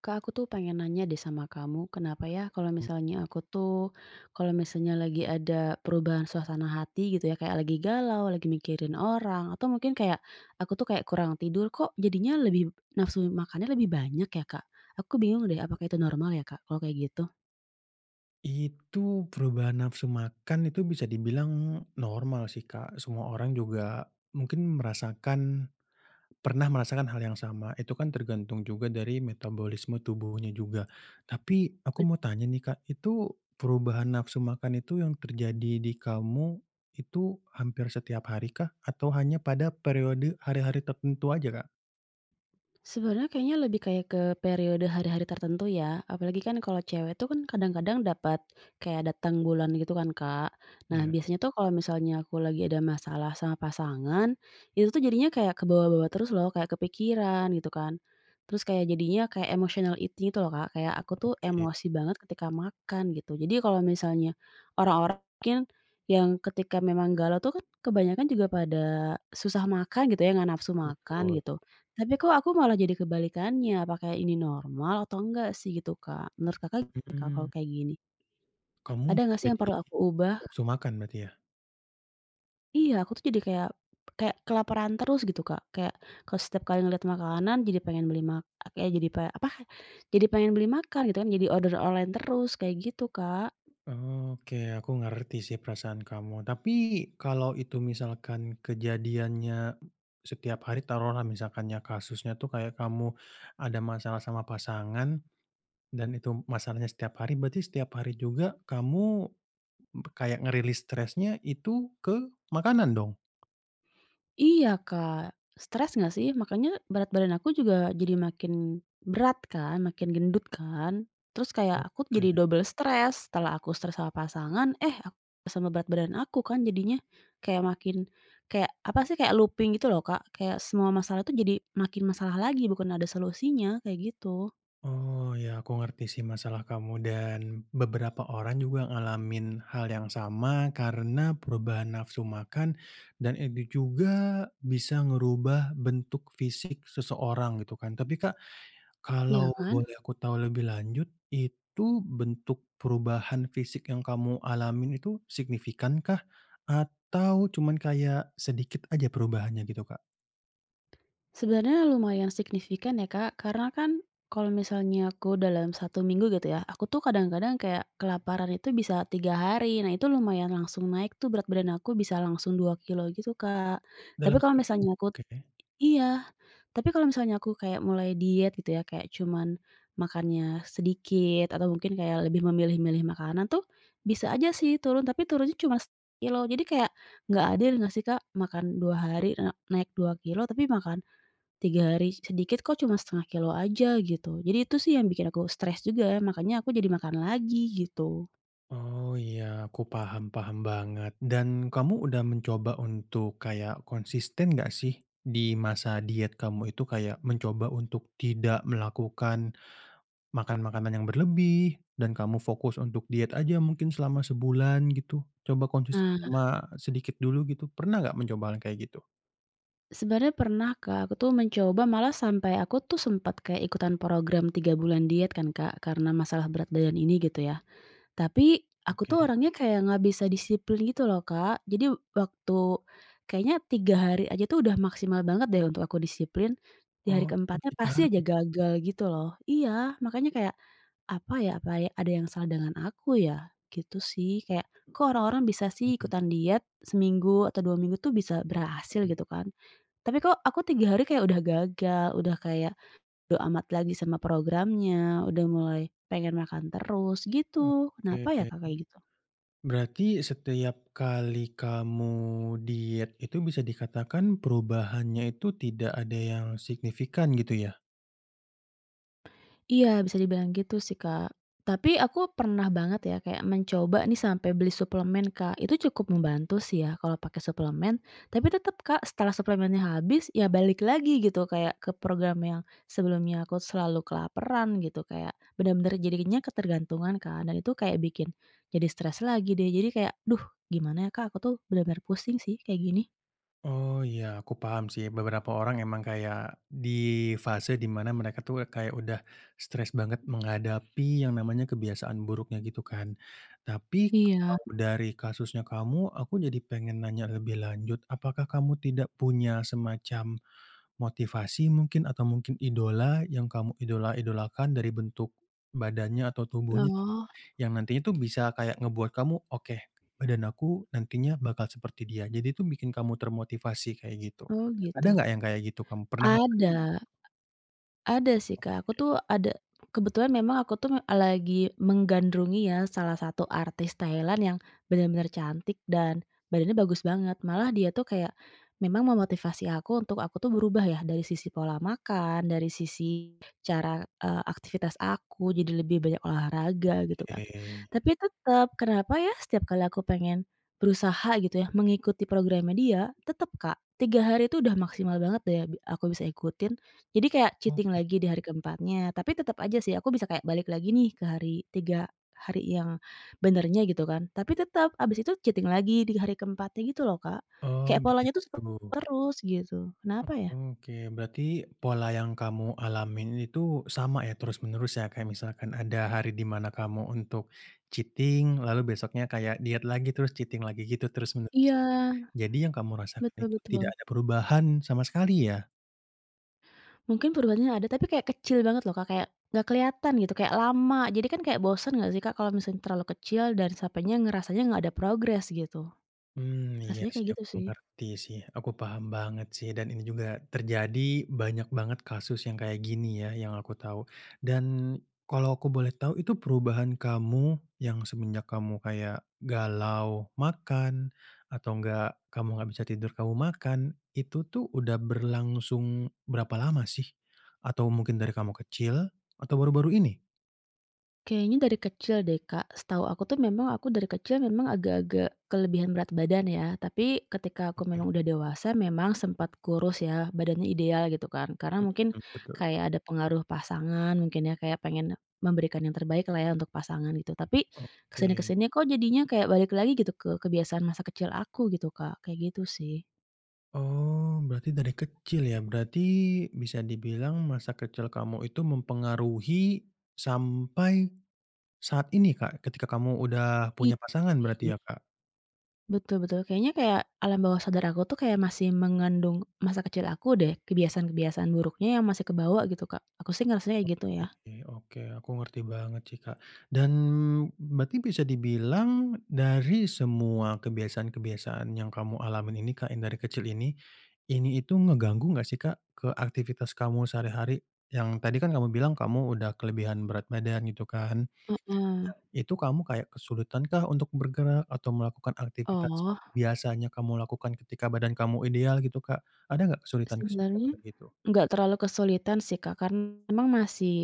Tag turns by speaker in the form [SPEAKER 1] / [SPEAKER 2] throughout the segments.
[SPEAKER 1] Kak, aku tuh pengen nanya deh sama kamu, kenapa ya kalau misalnya aku tuh, kalau misalnya lagi ada perubahan suasana hati gitu ya, kayak lagi galau, lagi mikirin orang, atau mungkin kayak aku tuh kayak kurang tidur, kok jadinya lebih nafsu makannya lebih banyak ya, Kak? Aku bingung deh, apakah itu normal ya, Kak, kalau kayak gitu?
[SPEAKER 2] Itu perubahan nafsu makan itu bisa dibilang normal sih, Kak. Semua orang juga mungkin pernah merasakan hal yang sama. Itu kan tergantung juga dari metabolisme tubuhnya juga. Tapi aku mau tanya nih, Kak, itu perubahan nafsu makan itu yang terjadi di kamu itu hampir setiap hari kah? Atau hanya pada periode hari-hari tertentu aja, Kak?
[SPEAKER 1] Sebenarnya kayaknya lebih kayak ke periode hari-hari tertentu ya, apalagi kan kalau cewek tuh kan kadang-kadang dapat kayak datang bulan gitu kan, Kak. Nah,
[SPEAKER 2] Iya,
[SPEAKER 1] biasanya tuh kalau misalnya aku lagi ada masalah sama pasangan, itu tuh jadinya kayak ke bawah-bawah terus loh, kayak kepikiran gitu kan. Terus kayak jadinya kayak emotional eating itu loh, Kak. Kayak aku tuh
[SPEAKER 2] oke,
[SPEAKER 1] emosi banget ketika makan gitu. Jadi kalau misalnya orang-orang mungkin yang ketika memang galau tuh kan kebanyakan juga pada susah makan gitu ya, nggak nafsu makan
[SPEAKER 2] betul.
[SPEAKER 1] gitu. Tapi kok aku malah jadi kebalikannya, apakah ini normal atau enggak sih gitu, Kak? Menurut Kakak gimana, Kak, kalau
[SPEAKER 2] Mhm,
[SPEAKER 1] kayak gini?
[SPEAKER 2] kamu
[SPEAKER 1] Ada
[SPEAKER 2] malah
[SPEAKER 1] nggak sih yang
[SPEAKER 2] jadi
[SPEAKER 1] perlu aku ubah?
[SPEAKER 2] nafsu makan berarti ya?
[SPEAKER 1] Iya, aku tuh jadi kayak kayak kelaparan terus gitu, Kak. Kayak kalau setiap kali ngeliat makanan jadi pengen beli mak kayak jadi pe apa, jadi pengen beli makan gitu kan, jadi order online terus kayak gitu, Kak.
[SPEAKER 2] Oke, aku ngerti sih perasaan kamu. Tapi kalau itu misalkan kejadiannya setiap hari, taruhlah misalkannya kasusnya tuh kayak kamu ada masalah sama pasangan dan itu masalahnya setiap hari, berarti setiap hari juga kamu kayak ngerilis stresnya itu ke makanan dong?
[SPEAKER 1] Iya, Kak. Stres nggak sih? Makanya berat badan aku juga jadi makin berat kan, makin gendut kan. Terus kayak aku
[SPEAKER 2] Oke.
[SPEAKER 1] jadi double stres, setelah aku stres sama pasangan, eh aku stres sama berat badan aku kan jadinya kayak makin kayak apa sih, kayak looping gitu loh, Kak. Kayak semua masalah tuh jadi makin masalah lagi, bukan ada solusinya, kayak gitu.
[SPEAKER 2] Oh, ya aku ngerti sih masalah kamu, dan beberapa orang juga ngalamin hal yang sama karena perubahan nafsu makan, dan itu juga bisa ngerubah bentuk fisik seseorang gitu kan. Tapi Kak,
[SPEAKER 1] Iya
[SPEAKER 2] kalau
[SPEAKER 1] kan?
[SPEAKER 2] boleh aku tahu lebih lanjut, itu bentuk perubahan fisik yang kamu alamin itu signifikankah? Atau cuman kayak sedikit aja perubahannya gitu, Kak?
[SPEAKER 1] Sebenarnya lumayan signifikan ya, Kak, karena kan kalau misalnya aku dalam 1 minggu gitu ya, aku tuh kadang-kadang kayak kelaparan itu bisa 3 hari. Nah, itu lumayan langsung naik tuh berat badan aku bisa langsung 2 kilo gitu, Kak. Tapi
[SPEAKER 2] Dalam
[SPEAKER 1] kalau
[SPEAKER 2] seminggu?
[SPEAKER 1] misalnya aku
[SPEAKER 2] Oke.
[SPEAKER 1] iya, tapi kalau misalnya aku kayak mulai diet gitu ya, kayak cuman makannya sedikit atau mungkin kayak lebih memilih-milih makanan tuh bisa aja sih turun, tapi turunnya cuma kilo. Jadi kayak nggak adil nggak sih, Kak, makan 2 hari naik 2 kilo, tapi makan 3 hari sedikit kok cuma setengah kilo aja gitu. Jadi itu sih yang bikin aku stres juga, ya, makanya aku jadi makan lagi gitu.
[SPEAKER 2] Oh iya, aku paham paham banget. Dan kamu udah mencoba untuk kayak konsisten nggak sih di masa diet kamu itu, kayak mencoba untuk tidak melakukan makan makanan yang berlebih dan kamu fokus untuk diet aja mungkin selama sebulan gitu. Coba konsisten
[SPEAKER 1] Nah,
[SPEAKER 2] sama sedikit dulu gitu. Pernah nggak mencoba hal kayak gitu?
[SPEAKER 1] sebenarnya pernah Kak, aku tuh mencoba malah sampai aku tuh sempat kayak ikutan program 3 bulan diet kan Kak, karena masalah berat badan ini gitu ya. Tapi, aku
[SPEAKER 2] Oke.
[SPEAKER 1] tuh orangnya kayak nggak bisa disiplin gitu loh, Kak. Jadi waktu kayaknya 3 hari aja tuh udah maksimal banget deh untuk aku disiplin, di hari
[SPEAKER 2] Oh, cuma
[SPEAKER 1] keempatnya
[SPEAKER 2] 3
[SPEAKER 1] pasti aja
[SPEAKER 2] hari.
[SPEAKER 1] gagal gitu loh. Iya, makanya kayak, apa ya ada yang salah dengan aku ya? Gitu sih, kayak kok orang-orang bisa sih
[SPEAKER 2] Mhm.
[SPEAKER 1] ikutan diet seminggu atau 2 minggu tuh bisa berhasil
[SPEAKER 2] Oke.
[SPEAKER 1] gitu kan. Tapi kok aku 3 hari kayak udah gagal, udah kayak bodo amat lagi sama programnya, udah mulai pengen makan terus gitu.
[SPEAKER 2] Oke.
[SPEAKER 1] Kenapa ya, Kak, kayak gitu?
[SPEAKER 2] Berarti setiap kali kamu diet itu bisa dikatakan perubahannya itu tidak ada yang signifikan gitu ya?
[SPEAKER 1] Iya, bisa dibilang gitu sih, Kak. Tapi aku pernah banget ya kayak mencoba nih sampai beli suplemen, Kak. Itu cukup membantu sih ya kalau pakai suplemen, tapi tetap, Kak, setelah suplemennya habis ya balik lagi gitu kayak ke program yang sebelumnya aku selalu kelaparan gitu, kayak benar-benar jadinya ketergantungan, Kak, dan itu kayak bikin jadi stres lagi deh. Jadi kayak, "Duh, gimana ya, Kak, aku tuh benar-benar pusing sih kayak gini."
[SPEAKER 2] Oh iya, aku paham sih, beberapa orang emang kayak di fase dimana mereka tuh kayak udah stres banget menghadapi yang namanya kebiasaan buruknya gitu kan. Tapi
[SPEAKER 1] Iya,
[SPEAKER 2] kalau dari kasusnya kamu, aku jadi pengen nanya lebih lanjut, apakah kamu tidak punya semacam motivasi mungkin, atau mungkin idola yang kamu idola-idolakan dari bentuk badannya atau tubuhnya gitu,
[SPEAKER 1] oh
[SPEAKER 2] yang nantinya tuh bisa kayak ngebuat kamu, "Oke, badan aku nantinya bakal seperti dia." Jadi itu bikin kamu termotivasi kayak gitu.
[SPEAKER 1] oh gitu.
[SPEAKER 2] Ada nggak yang kayak gitu kamu? Pernah ngalamin?
[SPEAKER 1] Ada, Ada sih, Kak. Aku tuh ada kebetulan memang aku tuh lagi menggandrungi ya salah satu artis Thailand yang benar-benar cantik dan badannya bagus banget. Malah dia tuh kayak memang memotivasi aku untuk aku tuh berubah ya dari sisi pola makan, dari sisi cara, aktivitas aku jadi lebih banyak olahraga gitu kan.
[SPEAKER 2] Oke.
[SPEAKER 1] Tapi tetap kenapa ya setiap kali aku pengen berusaha gitu ya mengikuti programnya dia, tetap Kak, 3 hari itu udah maksimal banget deh aku bisa ikutin jadi kayak cheating
[SPEAKER 2] Oke.
[SPEAKER 1] lagi di hari keempatnya, tapi tetap aja sih aku bisa kayak balik lagi nih ke 3 hari yang benernya gitu kan, tapi tetap abis itu cheating lagi di hari keempatnya gitu loh, Kak.
[SPEAKER 2] Oh,
[SPEAKER 1] Kayak polanya tuh
[SPEAKER 2] gitu.
[SPEAKER 1] seperti itu terus gitu, kenapa ya?
[SPEAKER 2] Oke, berarti pola yang kamu alamin itu sama ya terus-menerus ya? Kayak misalkan ada hari di mana kamu untuk cheating, lalu besoknya kayak diet lagi, terus cheating lagi gitu terus-menerus
[SPEAKER 1] Iya,
[SPEAKER 2] ya? Jadi yang kamu rasakan
[SPEAKER 1] betul
[SPEAKER 2] itu tidak
[SPEAKER 1] betul.
[SPEAKER 2] ada perubahan sama sekali ya?
[SPEAKER 1] Mungkin perubahannya ada tapi kayak kecil banget loh, Kak, kayak nggak kelihatan gitu, kayak lama. Jadi kan kayak bosen nggak sih, Kak, kalau misalnya terlalu kecil dan sampainya ngerasanya nggak ada progres gitu.
[SPEAKER 2] Mmm, iya
[SPEAKER 1] Rasanya
[SPEAKER 2] sih,
[SPEAKER 1] kayak gitu
[SPEAKER 2] aku
[SPEAKER 1] sih.
[SPEAKER 2] ngerti sih, aku paham banget sih, dan ini juga terjadi banyak banget kasus yang kayak gini ya, yang aku tahu. Dan kalau aku boleh tahu, itu perubahan kamu yang semenjak kamu kayak galau makan, atau enggak kamu nggak bisa tidur kamu makan, itu tuh udah berlangsung berapa lama sih? Atau mungkin dari kamu kecil atau baru-baru ini?
[SPEAKER 1] Kayaknya dari kecil deh, Kak. Setahu aku tuh memang aku dari kecil memang agak-agak kelebihan berat badan ya, tapi ketika aku
[SPEAKER 2] Oke,
[SPEAKER 1] memang udah dewasa memang sempat kurus ya, badannya ideal gitu kan. Karena mungkin
[SPEAKER 2] mhm, betul,
[SPEAKER 1] kayak ada pengaruh pasangan mungkin ya, kayak pengen memberikan yang terbaik lah ya untuk pasangan gitu. Tapi
[SPEAKER 2] oke.
[SPEAKER 1] kesini-kesini kok jadinya kayak balik lagi gitu ke kebiasaan masa kecil aku gitu, Kak, kayak gitu sih.
[SPEAKER 2] Oh, berarti dari kecil ya? Berarti bisa dibilang masa kecil kamu itu mempengaruhi sampai saat ini, Kak, ketika kamu udah
[SPEAKER 1] Iya,
[SPEAKER 2] punya pasangan berarti
[SPEAKER 1] kayaknya.
[SPEAKER 2] ya, Kak?
[SPEAKER 1] Betul betul, kayaknya kayak alam bawah sadar aku tuh kayak masih mengandung masa kecil aku deh, kebiasaan-kebiasaan buruknya yang masih kebawa gitu, Kak. Aku sih ngerasanya kayak gitu ya.
[SPEAKER 2] Oke oke, aku ngerti banget sih, Kak. Dan berarti bisa dibilang dari semua kebiasaan-kebiasaan yang kamu alamin ini, Kak, yang dari kecil ini itu ngeganggu nggak sih, Kak, ke aktivitas kamu sehari-hari? Yang tadi kan kamu bilang kamu udah kelebihan berat badan gitu kan?
[SPEAKER 1] Heeh.
[SPEAKER 2] Itu kamu kayak kesulitankah untuk bergerak atau melakukan aktivitas yang
[SPEAKER 1] Oh,
[SPEAKER 2] biasanya kamu lakukan ketika badan kamu ideal gitu, Kak? Ada nggak kesulitan-kesulitan
[SPEAKER 1] sebenarnya
[SPEAKER 2] kayak gitu?
[SPEAKER 1] nggak terlalu kesulitan sih, Kak, karena memang masih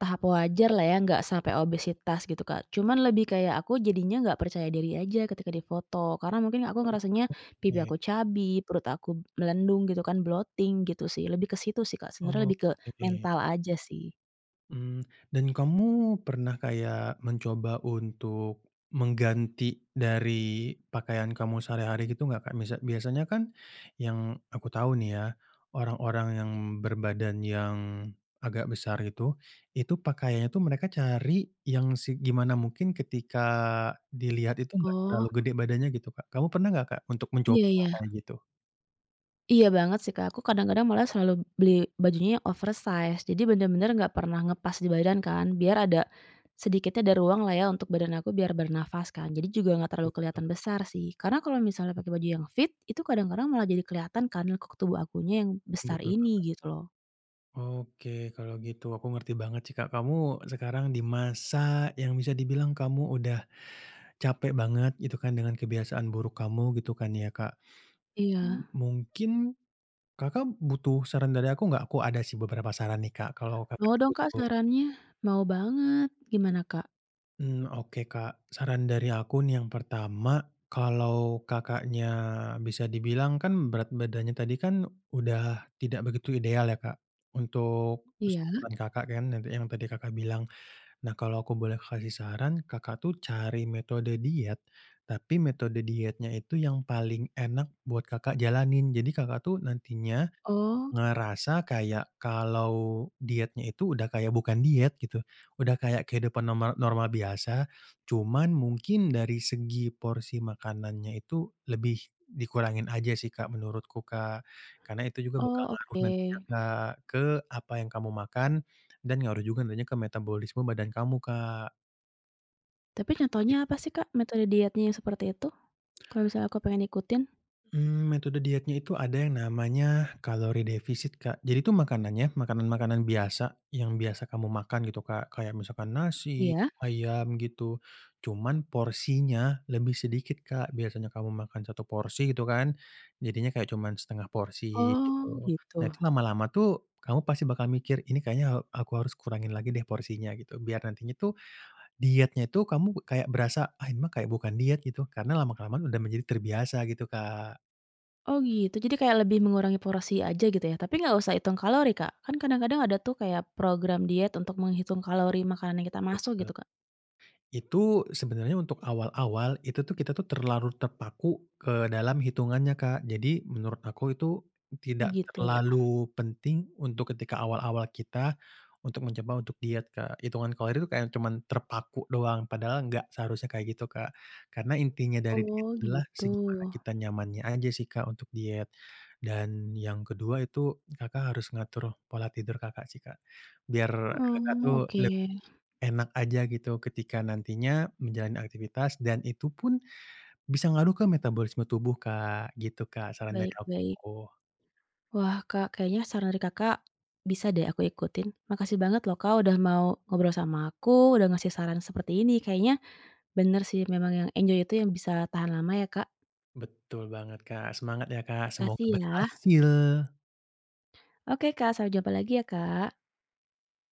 [SPEAKER 1] tahap wajar lah ya, nggak sampai obesitas gitu, Kak. Cuman lebih kayak aku jadinya nggak percaya diri aja ketika difoto, karena mungkin aku ngerasanya pipi
[SPEAKER 2] Oke,
[SPEAKER 1] aku perut aku melendung gitu kan, bloating gitu sih, lebih ke situ sih, Kak, sebenarnya lebih ke
[SPEAKER 2] oke.
[SPEAKER 1] mental aja sih.
[SPEAKER 2] Mmm, dan kamu pernah kayak mencoba untuk mengganti dari pakaian kamu sehari-hari gitu nggak, Kak? Biasanya kan, yang aku tahu nih ya, orang-orang yang berbadan yang agak besar itu pakaiannya tuh mereka cari yang gimana mungkin ketika dilihat itu nggak
[SPEAKER 1] Oh.
[SPEAKER 2] terlalu gede badannya gitu, Kak. Kamu pernah nggak, Kak, untuk mencoba
[SPEAKER 1] Iya
[SPEAKER 2] hal
[SPEAKER 1] iya.
[SPEAKER 2] kayak gitu?
[SPEAKER 1] Iya banget sih, Kak, aku kadang-kadang malah selalu beli bajunya yang oversize, jadi bener-bener nggak pernah ngepas di badan kan, biar ada sedikitnya ada ruang lah ya untuk badan aku biar bernafas kan, jadi juga nggak terlalu
[SPEAKER 2] Betul
[SPEAKER 1] kelihatan besar sih. Karena kalau misalnya pakai baju yang fit, itu kadang-kadang malah jadi kelihatan kan lekuk tubuh akunya yang besar
[SPEAKER 2] betul
[SPEAKER 1] ini
[SPEAKER 2] banget.
[SPEAKER 1] gitu loh.
[SPEAKER 2] Oke, kalau gitu aku ngerti banget sih, Kak, kamu sekarang di masa yang bisa dibilang kamu udah capek banget gitu kan dengan kebiasaan buruk kamu gitu kan ya, Kak. M
[SPEAKER 1] Iya.
[SPEAKER 2] mungkin Kakak butuh saran dari aku nggak? Aku ada sih beberapa saran nih, Kak, kalau Kakak
[SPEAKER 1] Mau dong, Kak,
[SPEAKER 2] butuh.
[SPEAKER 1] sarannya? Mau banget. Gimana, Kak?
[SPEAKER 2] Mmm, oke Kak, saran dari aku nih yang pertama, kalau Kakaknya bisa dibilang kan berat badannya tadi kan udah tidak begitu ideal ya, Kak, untuk
[SPEAKER 1] Iya?
[SPEAKER 2] ukuran Kakak kan, nanti yang tadi Kakak bilang. Nah, kalau aku boleh kasih saran, Kakak tuh cari metode diet, tapi metode dietnya itu yang paling enak buat Kakak jalanin. Jadi Kakak tuh nantinya
[SPEAKER 1] Oh
[SPEAKER 2] ngerasa kayak kalau dietnya itu udah kayak bukan diet gitu, udah kayak kehidupan normal normal biasa, cuman mungkin dari segi porsi makanannya itu lebih dikurangin aja sih, Kak, menurutku, Kak. Karena itu juga bakal
[SPEAKER 1] oh,
[SPEAKER 2] ngaruh
[SPEAKER 1] oke.
[SPEAKER 2] nantinya, Kak, ke apa yang kamu makan, dan ngaruh juga nantinya ke metabolisme badan kamu, Kak,
[SPEAKER 1] Tapi
[SPEAKER 2] kayak
[SPEAKER 1] contohnya
[SPEAKER 2] gitu.
[SPEAKER 1] apa sih, Kak, metode dietnya yang seperti itu? Kalau misalnya aku pengen ikutin?
[SPEAKER 2] Mmm, metode dietnya itu ada yang namanya kalori defisit, Kak. Jadi itu makanannya, makanan-makanan biasa yang biasa kamu makan gitu, Kak, kayak misalkan nasi,
[SPEAKER 1] Iya?
[SPEAKER 2] ayam gitu, cuman porsinya lebih sedikit, Kak. Biasanya kamu makan satu porsi gitu kan, jadinya kayak cuman setengah porsi
[SPEAKER 1] Oh
[SPEAKER 2] gitu.
[SPEAKER 1] gitu.
[SPEAKER 2] Nah, itu lama-lama tuh kamu pasti bakal mikir, "Ini kayaknya aku harus kurangin lagi deh porsinya," gitu. Biar nantinya tuh dietnya itu kamu kayak berasa, "Ah, ini mah kayak bukan diet," gitu, karena lama-kelamaan udah menjadi terbiasa gitu, Kak.
[SPEAKER 1] Oh gitu, jadi kayak lebih mengurangi porsi aja gitu ya, tapi nggak usah hitung kalori, Kak? Kan kadang-kadang ada tuh kayak program diet untuk menghitung kalori makanan yang kita masuk
[SPEAKER 2] Eee,
[SPEAKER 1] gitu, Kak?
[SPEAKER 2] itu sebenarnya untuk awal-awal, itu tuh kita tuh terlalu terpaku ke dalam hitungannya, Kak. Jadi menurut aku itu tidak
[SPEAKER 1] Gitu ya?
[SPEAKER 2] terlalu penting untuk ketika awal-awal kita untuk mencoba untuk diet, Kak. Hitungan kalori itu kayak cuman terpaku doang, padahal nggak seharusnya kayak gitu, Kak. Karena intinya dari diet
[SPEAKER 1] Oh
[SPEAKER 2] adalah
[SPEAKER 1] gitu.
[SPEAKER 2] segimana kita nyamannya aja sih, Kak, untuk diet. Dan yang kedua itu Kakak harus ngatur pola tidur Kakak sih, Kak. Biar Kakak
[SPEAKER 1] Oh
[SPEAKER 2] tuh
[SPEAKER 1] oke,
[SPEAKER 2] lebih enak aja gitu ketika nantinya menjalani aktivitas, dan itu pun bisa ngaruh ke metabolisme tubuh, Kak, gitu, Kak, saran dari
[SPEAKER 1] baik baik.
[SPEAKER 2] aku.
[SPEAKER 1] Wah Kak, kayaknya saran dari Kakak bisa deh aku ikutin. Makasih banget loh Kak udah mau ngobrol sama aku, udah ngasih saran seperti ini. Kayaknya bener sih memang yang enjoy itu yang bisa tahan lama ya Kak.
[SPEAKER 2] Betul banget, Kak, semangat ya, Kak, semoga
[SPEAKER 1] Makasih ya.
[SPEAKER 2] berhasil.
[SPEAKER 1] Oke Kak, sampai jumpa lagi ya Kak.